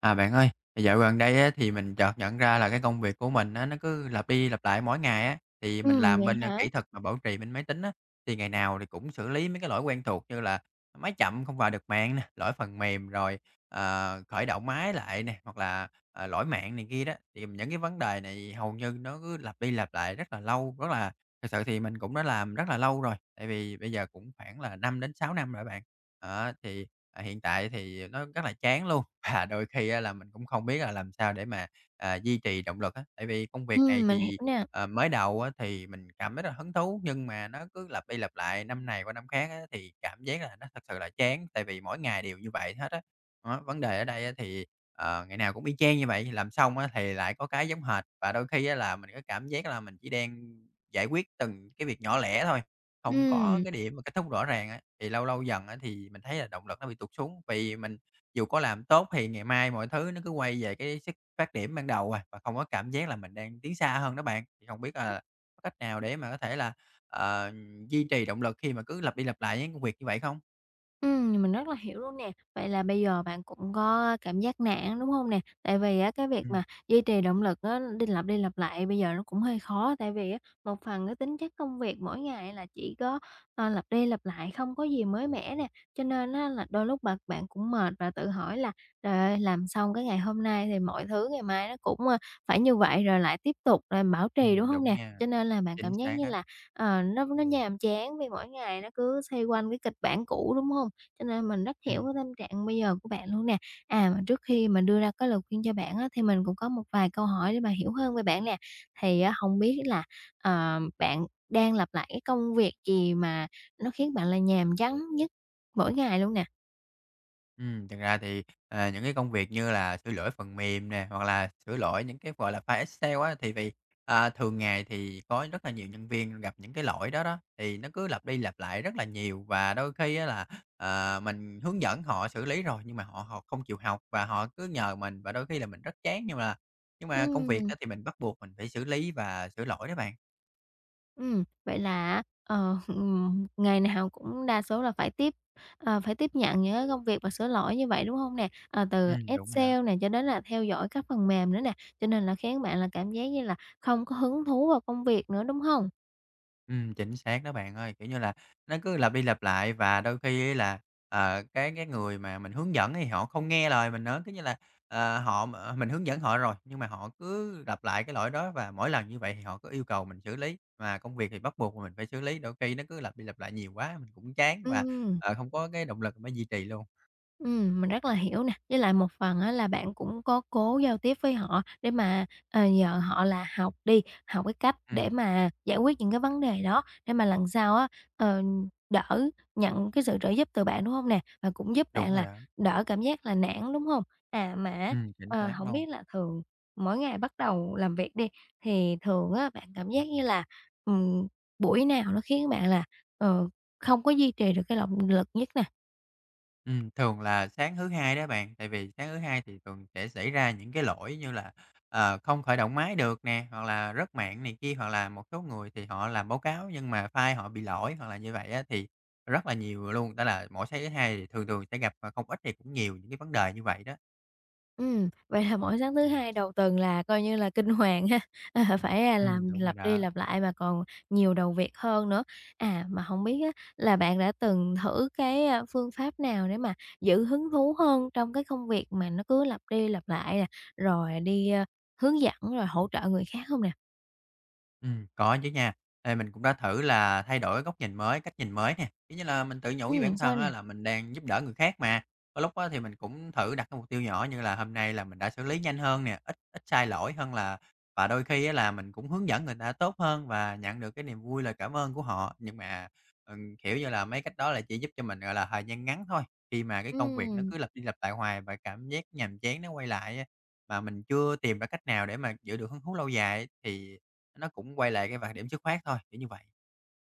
Bạn ơi, dạo gần đây á, thì mình chợt nhận ra là cái công việc của mình á, nó cứ lặp đi lặp lại mỗi ngày á. Thì mình làm Vậy bên, hả? kỹ thuật mà bảo trì bên máy tính á, thì ngày nào thì cũng xử lý mấy cái lỗi quen thuộc như là máy chậm không vào được mạng nè, lỗi phần mềm rồi, khởi động máy lại nè, hoặc là, lỗi mạng này kia đó. Thì những cái vấn đề này hầu như nó cứ lặp đi lặp lại rất là lâu, rất là thật sự thì mình cũng đã làm rất là lâu rồi, tại vì bây giờ cũng khoảng là 5 đến 6 năm rồi bạn. Đó, thì, hiện tại thì nó rất là chán luôn, và đôi khi á là mình cũng không biết là làm sao để mà, duy trì động lực á. Tại vì công việc này Mình hiểu thì, nè. Mới đầu á thì mình cảm thấy rất là hứng thú, nhưng mà nó cứ lặp đi lặp lại năm này qua năm khác á, thì cảm giác là nó thật sự là chán, tại vì mỗi ngày đều như vậy hết á. Đó, vấn đề ở đây á thì, ngày nào cũng y chang như vậy, làm xong á thì lại có cái giống hệt, và đôi khi á là mình có cảm giác là mình chỉ đang giải quyết từng cái việc nhỏ lẻ thôi, không có Ừm. cái điểm mà kết thúc rõ ràng á, thì lâu lâu dần á thì mình thấy là động lực nó bị tụt xuống. Vì mình dù có làm tốt thì ngày mai mọi thứ nó cứ quay về cái sức phát điểm ban đầu à, và không có cảm giác là mình đang tiến xa hơn đó bạn. Thì hông biết là có cách nào để mà có thể là, ờ, duy trì động lực khi mà cứ lặp đi lặp lại những công việc như vậy không? Mình rất là hiểu luôn nè. Vậy là bây giờ bạn cũng có cảm giác nản, đúng không nè? Tại vì á, cái việc Ừm, mà duy trì động lực á, đi lặp lại bây giờ nó cũng hơi khó, tại vì á, một phần cái tính chất công việc mỗi ngày là chỉ có, lặp đi lặp lại, không có gì mới mẻ nè, cho nên á, là đôi lúc bạn bạn cũng mệt và tự hỏi là "Trời ơi, làm xong cái ngày hôm nay thì mọi thứ ngày mai nó cũng, phải như vậy rồi lại tiếp tục rồi bảo trì", đúng không đúng nè? nha, Cho nên là bạn chính cảm giác xác như á. là, nó nhàm chán vì mỗi ngày nó cứ xoay quanh cái kịch bản cũ, đúng không? Cho nên mình rất hiểu Ừm. cái tâm trạng bây giờ của bạn luôn nè. À, mà trước khi mình đưa ra cái lời khuyên cho bạn á, thì mình cũng có một vài câu hỏi để mà hiểu hơn về bạn nè. Thì á, hông biết là, bạn đang lặp lại cái công việc gì mà nó khiến bạn là nhàm chán nhất mỗi ngày luôn nè? Thực ra thì, những cái công việc như là sửa lỗi phần mềm nè, hoặc là sửa lỗi những cái, gọi là, file Excel á, thì vì, thường ngày thì có rất là nhiều nhân viên gặp những cái lỗi đó đó, thì nó cứ lặp đi lặp lại rất là nhiều và đôi khi á là, mình hướng dẫn họ xử lý rồi nhưng mà họ họ không chịu học và họ cứ nhờ mình và đôi khi là mình rất chán nhưng mà công việc Ừm. á thì mình bắt buộc mình phải xử lý và sửa lỗi đó bạn. Vậy là á, ngày nào cũng đa số là phải tiếp phải tiếp nhận những cái công việc và sửa lỗi như vậy, đúng hông nè? Ờ, từ Đúng rồi đó. Excel nè, cho đến là theo dõi các phần mềm nữa nè, cho nên là khiến bạn là cảm giác như là không có hứng thú vào công việc nữa, đúng hông? Chính xác đó bạn ơi. Kiểu như là, nó cứ lặp đi lặp lại và đôi khi ấy là, cái người mà mình hướng dẫn thì họ không nghe lời mình nữa. Kiểu như là, ờ, họ m mình hướng dẫn họ rồi, nhưng mà họ cứ lặp lại cái lỗi đó và mỗi lần như vậy thì họ cứ yêu cầu mình xử lý, mà công việc thì bắt buộc mình phải xử lý, đôi khi nó cứ lặp đi lặp lại nhiều quá mình cũng chán và, Ừm. Không có cái động lực để duy trì luôn. Mình rất là hiểu nè, với lại một phần á là bạn cũng có cố giao tiếp với họ để mà, nhờ họ là học đi, học cái cách để Ừm, mà giải quyết những cái vấn đề đó, để mà lần sau á, ờ, đỡ nhận cái sự trợ giúp từ bạn, đúng không nè? Và cũng giúp đúng bạn rồi là đó. đỡ cảm giác là nản, đúng không? À, mà á, Chính xác hổng luôn. biết là thường mỗi ngày bắt đầu làm việc đi, thì thường á bạn cảm giác như là, ừm, buổi nào nó khiến bạn là, ờ, không có duy trì được cái động lực nhất nè? Thường là sáng thứ Hai đó bạn, tại vì sáng thứ Hai thì thường sẽ xảy ra những cái lỗi như là, không khởi động máy được nè, hoặc là rớt mạng này kia, hoặc là một số người thì họ làm báo cáo nhưng mà file họ bị lỗi, hoặc là như vậy á thì rất là nhiều luôn. Đó là mỗi sáng thứ Hai thì thường thường sẽ gặp, mà không ít thì cũng nhiều những cái vấn đề như vậy đó. Vậy là mỗi sáng thứ Hai đầu tuần là coi như là kinh hoàng ha, phải, à, làm Đúng rồi lặp đi đó. lặp lại mà còn nhiều đầu việc hơn nữa. À, mà hổng biết á là bạn đã từng thử cái, phương pháp nào để mà giữ hứng thú hơn trong cái công việc mà nó cứ lặp đi lặp lại nè, rồi đi, hướng dẫn rồi hỗ trợ người khác hông nè? Có chứ nha. Ê, mình cũng đã thử là thay đổi góc nhìn mới, cách nhìn mới nè, kiểu như là, mình tự nhủ với bản Sao thân á nè? là mình đang giúp đỡ người khác mà. Có lúc á thì mình cũng thử đặt cái mục tiêu nhỏ như là hôm nay là mình đã xử lý nhanh hơn nè, ít ít sai lỗi hơn là và đôi khi á là mình cũng hướng dẫn người ta tốt hơn và nhận được cái niềm vui, lời cảm ơn của họ. Nhưng mà, kiểu như là, mấy cách đó là chỉ giúp cho mình, gọi là, thời gian ngắn thôi, khi mà cái công việc nó Ừm. cứ lặp đi lặp lại hoài và cảm giác nhàm chán nó quay lại á, mà mình chưa tìm ra cách nào để mà giữ được hứng thú lâu dài thì nó cũng quay lại cái vài điểm dứt khoát thôi, kiểu như vậy.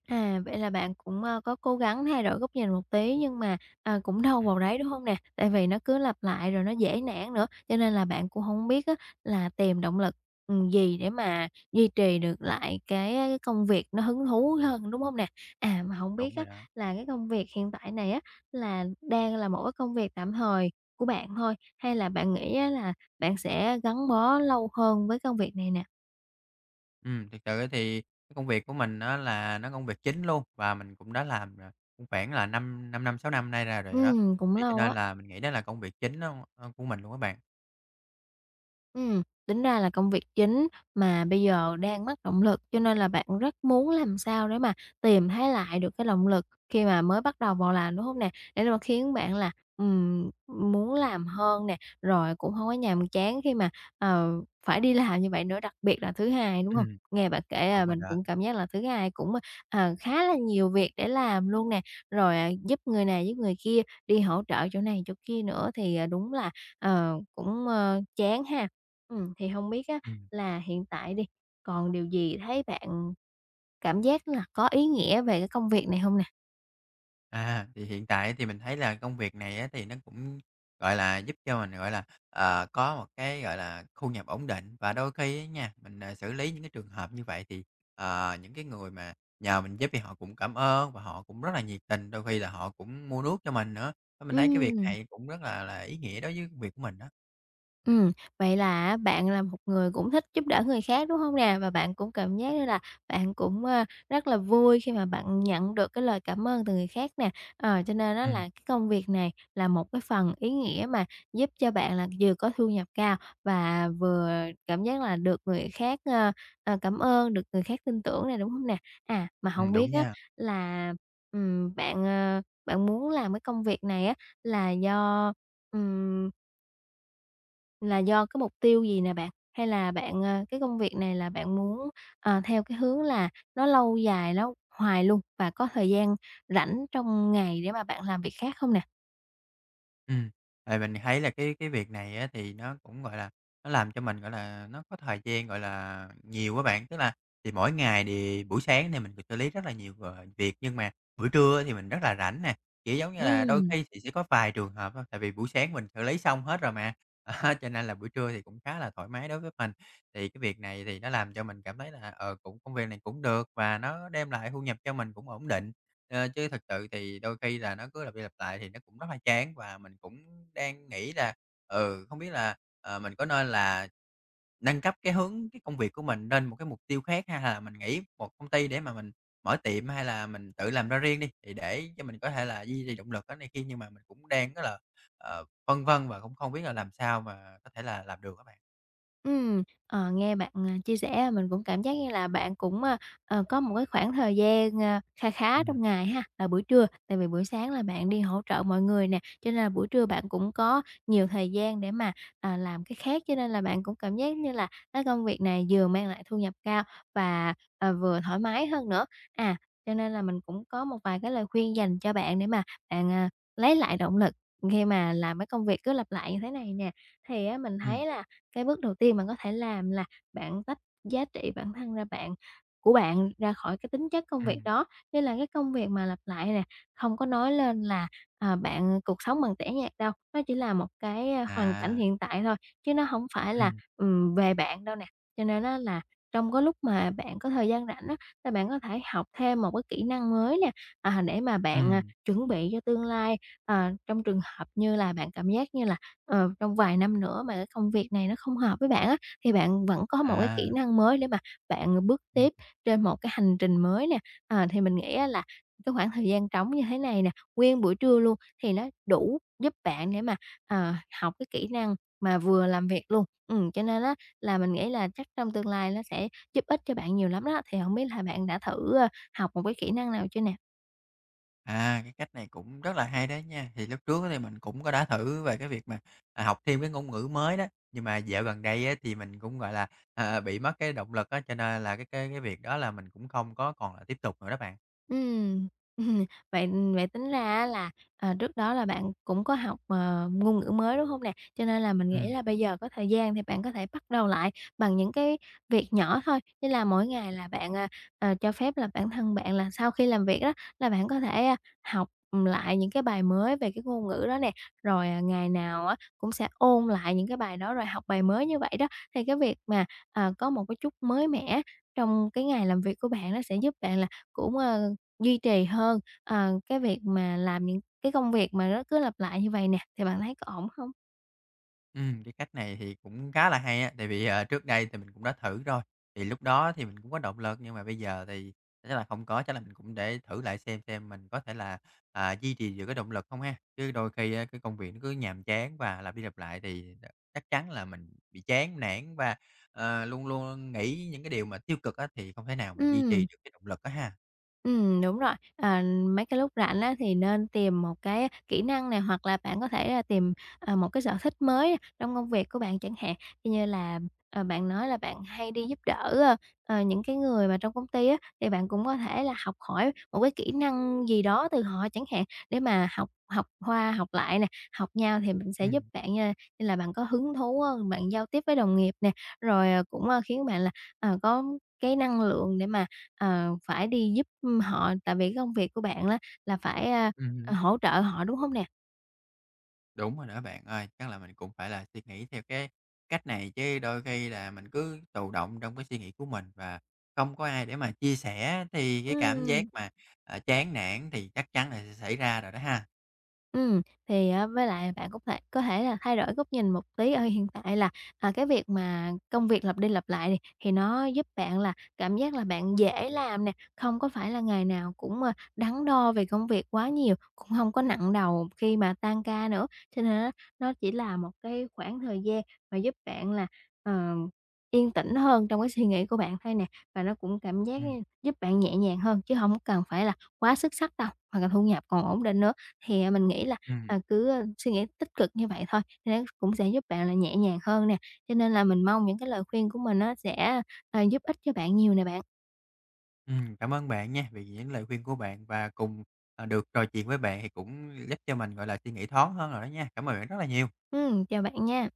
À, vậy là bạn cũng, có cố gắng thay đổi góc nhìn một tí nhưng mà, à, cũng đâu Ừm, vào đấy, đúng không nè? Tại vì nó cứ lặp lại rồi nó dễ nản nữa, cho nên là bạn cũng không biết á là tìm động lực, gì để mà duy trì được lại cái công việc nó hứng thú hơn, đúng không nè? À, mà không đúng biết á rồi đó. là cái công việc hiện tại này á là đang là một cái công việc tạm thời của bạn thôi, hay là bạn nghĩ á là bạn sẽ gắn bó lâu hơn với công việc này nè? Thực sự á thì cái công việc của mình á là nó công việc chính luôn và mình cũng đã làm, cũng khoảng là 5 5 năm, 6 năm nay ra rồi đó, Cũng thì cho lâu nên á. là mình nghĩ đó là công việc chính á, của mình luôn á bạn. Tính ra là công việc chính mà bây giờ đang mất động lực, cho nên là bạn rất muốn làm sao để mà tìm thấy lại được cái động lực khi mà mới bắt đầu vào làm, đúng hông nè? Để mà khiến bạn là, muốn làm hơn nè, rồi cũng hông có nhàm chán khi mà, ờ, phải đi làm như vậy nữa, đặc biệt là thứ Hai, đúng hông? Ừm, Nghe bạn kể, à, đúng rồi mình đó. cũng cảm giác là thứ Hai cũng, khá là nhiều việc để làm luôn nè, rồi, à, giúp người này giúp người kia, đi hỗ trợ chỗ này chỗ kia nữa thì, à, đúng là, cũng, chán ha. Ừ thì không biết á Ừm. là hiện tại đi, còn điều gì thấy bạn cảm giác là có ý nghĩa về cái công việc này không nè? À, thì hiện tại thì mình thấy là công việc này á, thì nó cũng, gọi là, giúp cho mình, gọi là, có một cái, gọi là, thu nhập ổn định. Và đôi khi á nha, mình, xử lý những cái trường hợp như vậy thì, những cái người mà nhờ mình giúp thì họ cũng cảm ơn và họ cũng rất là nhiệt tình, đôi khi là họ cũng mua nước cho mình nữa. Nên mình thấy cái việc Ừm. này cũng rất là ý nghĩa đối với công việc của mình đó. Ừm, vậy là bạn là một người cũng thích giúp đỡ người khác, đúng không nè? Và bạn cũng cảm giác như là bạn cũng, rất là vui khi mà bạn nhận được cái lời cảm ơn từ người khác nè. Ờ, cho nên á là Ừm, cái công việc này là một cái phần ý nghĩa mà giúp cho bạn là vừa có thu nhập cao và vừa cảm giác là được người khác, cảm ơn, được người khác tin tưởng này đúng không nè? À, mà không đúng biết á nha. là, bạn muốn làm cái công việc này á là do, cái mục tiêu gì nè bạn? Hay là bạn, cái công việc này là bạn muốn, theo cái hướng là nó lâu dài, nó hoài luôn và có thời gian rảnh trong ngày để mà bạn làm việc khác không nè? Ừm, tại mình thấy là cái việc này á thì nó cũng, gọi là, nó làm cho mình, gọi là, nó có thời gian, gọi là, nhiều các bạn. Tức là thì mỗi ngày thì buổi sáng thì mình phải xử lý rất là nhiều, việc, nhưng mà buổi trưa thì mình rất là rảnh nè, kiểu, giống như là, đôi Ừm. khi thì sẽ có vài trường hợp thôi, tại vì buổi sáng mình xử lý xong hết rồi mà, á, cho nên là buổi trưa thì cũng khá là thoải mái đối với mình. Thì cái việc này thì nó làm cho mình cảm thấy là, ờ, cũng công việc này cũng được và nó đem lại thu nhập cho mình cũng ổn định. Ờ, chứ thật sự thì đôi khi là nó cứ lặp đi lặp lại thì nó cũng rất là chán và mình cũng đang nghĩ là, không biết là, mình có nên là nâng cấp cái hướng cái công việc của mình lên một cái mục tiêu khác hay là mình nghĩ một công ty để mà mình mở tiệm hay là mình tự làm ra riêng đi, thì để cho mình có thể là duy trì động lực cái này kia. Nhưng mà mình cũng đang rất là, phân vân và cũng không biết là làm sao mà có thể là làm được các bạn. Ờ, nghe bạn, chia sẻ mình cũng cảm giác như là bạn cũng, có một cái khoảng thời gian, kha Ừ, khá trong ngày ha, là buổi trưa, tại vì buổi sáng là bạn đi hỗ trợ mọi người nè, cho nên là buổi trưa bạn cũng có nhiều thời gian để mà, làm cái khác, cho nên là bạn cũng cảm giác như là cái công việc này vừa mang lại thu nhập cao và, vừa thoải mái hơn nữa. À, cho nên là mình cũng có một vài cái lời khuyên dành cho bạn để mà bạn, lấy lại động lực khi mà làm cái công việc cứ lặp lại như thế này nè. Thì á mình ừ, thấy là cái bước đầu tiên bạn có thể làm là bạn tách giá trị bản thân ra bạn của bạn ra khỏi cái tính chất công việc ừm. đó, như là cái công việc mà lặp lại nè, không có nói lên là, bạn cuộc sống bằng tẻ nhạt đâu, nó chỉ là một cái, hoàn cảnh À, hiện tại thôi, chứ nó không phải ừ, là, về bạn đâu nè. Cho nên á là trong cái lúc mà bạn có thời gian rảnh á, là bạn có thể học thêm một cái kỹ năng mới nè, để mà ừ, bạn, chuẩn bị cho tương lai, trong trường hợp như là bạn cảm giác như là trong vài năm nữa mà cái công việc này nó không hợp với bạn á, thì bạn vẫn có một cái à. kỹ năng mới để mà bạn bước tiếp trên một cái hành trình mới nè. À, thì mình nghĩ á là cái khoảng thời gian trống như thế này nè, nguyên buổi trưa luôn thì nó đủ giúp bạn để mà, ờ, học cái kỹ năng mà vừa làm việc luôn. Cho nên á là mình nghĩ là chắc trong tương lai nó sẽ giúp ích cho bạn nhiều lắm đó. Thì không biết là bạn đã thử, học một cái kỹ năng nào chưa nè? À, cái cách này cũng rất là hay đấy nha. Thì lúc trước thì mình cũng có đã thử về cái việc mà, học thêm cái ngôn ngữ mới đó, nhưng mà dạo gần đây á thì mình cũng, gọi là, bị mất cái động lực á, cho nên là cái việc đó là mình cũng không có còn là tiếp tục nữa đó bạn. Ừm, vậy vậy tính ra á là, trước đó là bạn cũng có học, ngôn ngữ mới, đúng không nè? Cho nên là mình nghĩ Ừm. là bây giờ có thời gian thì bạn có thể bắt đầu lại bằng những cái việc nhỏ thôi, như là mỗi ngày là bạn, cho phép là bản thân bạn là sau khi làm việc đó là bạn có thể, học lại những cái bài mới về cái ngôn ngữ đó nè, rồi, ngày nào á cũng sẽ ôn lại những cái bài đó rồi học bài mới như vậy đó. Thì cái việc mà, có một cái chút mới mẻ trong cái ngày làm việc của bạn nó sẽ giúp bạn là cũng, duy trì hơn, cái việc mà làm những cái công việc mà nó cứ lặp lại như vậy nè, thì bạn thấy có ổn không? Cái cách này thì cũng khá là hay á, tại vì, trước đây thì mình cũng đã thử rồi, thì lúc đó thì mình cũng có động lực, nhưng mà bây giờ thì chắc là không có, chắc là mình cũng để thử lại xem mình có thể là, duy trì được cái động lực không ha? Chứ đôi khi á, cái công việc nó cứ nhàm chán và lặp đi lặp lại thì chắc chắn là mình bị chán nản và, luôn luôn nghĩ những cái điều mà tiêu cực á, thì không thể nào mà duy trì Ừm. được cái động lực á ha. Đúng rồi. Ờ, mấy cái lúc rảnh á thì nên tìm một cái kỹ năng này, hoặc là bạn có thể là tìm, một cái sở thích mới trong công việc của bạn chẳng hạn. Y như là, bạn nói là bạn hay đi giúp đỡ, những cái người mà trong công ty á, thì bạn cũng có thể là học hỏi một cái kỹ năng gì đó từ họ chẳng hạn, để mà học học qua học lại nè, học nhau thì mình sẽ giúp Ừm, bạn, như là bạn có hứng thú hơn, bạn giao tiếp với đồng nghiệp nè, rồi, cũng, khiến bạn là, có cái năng lượng để mà phải đi giúp họ, tại vì cái công việc của bạn á là phải, ừm. hỗ trợ họ, đúng không nè? Đúng rồi đó bạn ơi, chắc là mình cũng phải là suy nghĩ theo cái cách này chứ đôi khi là mình cứ tù động trong cái suy nghĩ của mình và không có ai để mà chia sẻ thì cái cảm giác Ừm. mà, chán nản thì chắc chắn là sẽ xảy ra rồi đó ha. Ừm, thì á với lại bạn cũng có thể là thay đổi góc nhìn một tí ở hiện tại là, cái việc mà công việc lặp đi lặp lại đi, thì nó giúp bạn là cảm giác là bạn dễ làm nè, không có phải là ngày nào cũng, đắn đo về công việc quá nhiều, cũng không có nặng đầu khi mà tan ca nữa. Cho nên á, nó chỉ là một cái khoảng thời gian mà giúp bạn là, ờ, yên tĩnh hơn trong cái suy nghĩ của bạn thôi nè, và nó cũng cảm giác, Ừm, giúp bạn nhẹ nhàng hơn, chứ không cần phải là quá xuất sắc đâu, hoặc là thu nhập còn ổn định nữa. Thì, mình nghĩ là, ừm, cứ, suy nghĩ tích cực như vậy thôi, thì nó cũng sẽ giúp bạn là nhẹ nhàng hơn nè, cho nên là mình mong những cái lời khuyên của mình nó sẽ, giúp ích cho bạn nhiều nè bạn. Cảm ơn bạn nha vì những lời khuyên của bạn và cùng, được trò chuyện với bạn thì cũng giúp cho mình, gọi là, suy nghĩ thoáng hơn rồi đó nha. Cảm ơn bạn rất là nhiều. Chào bạn nha.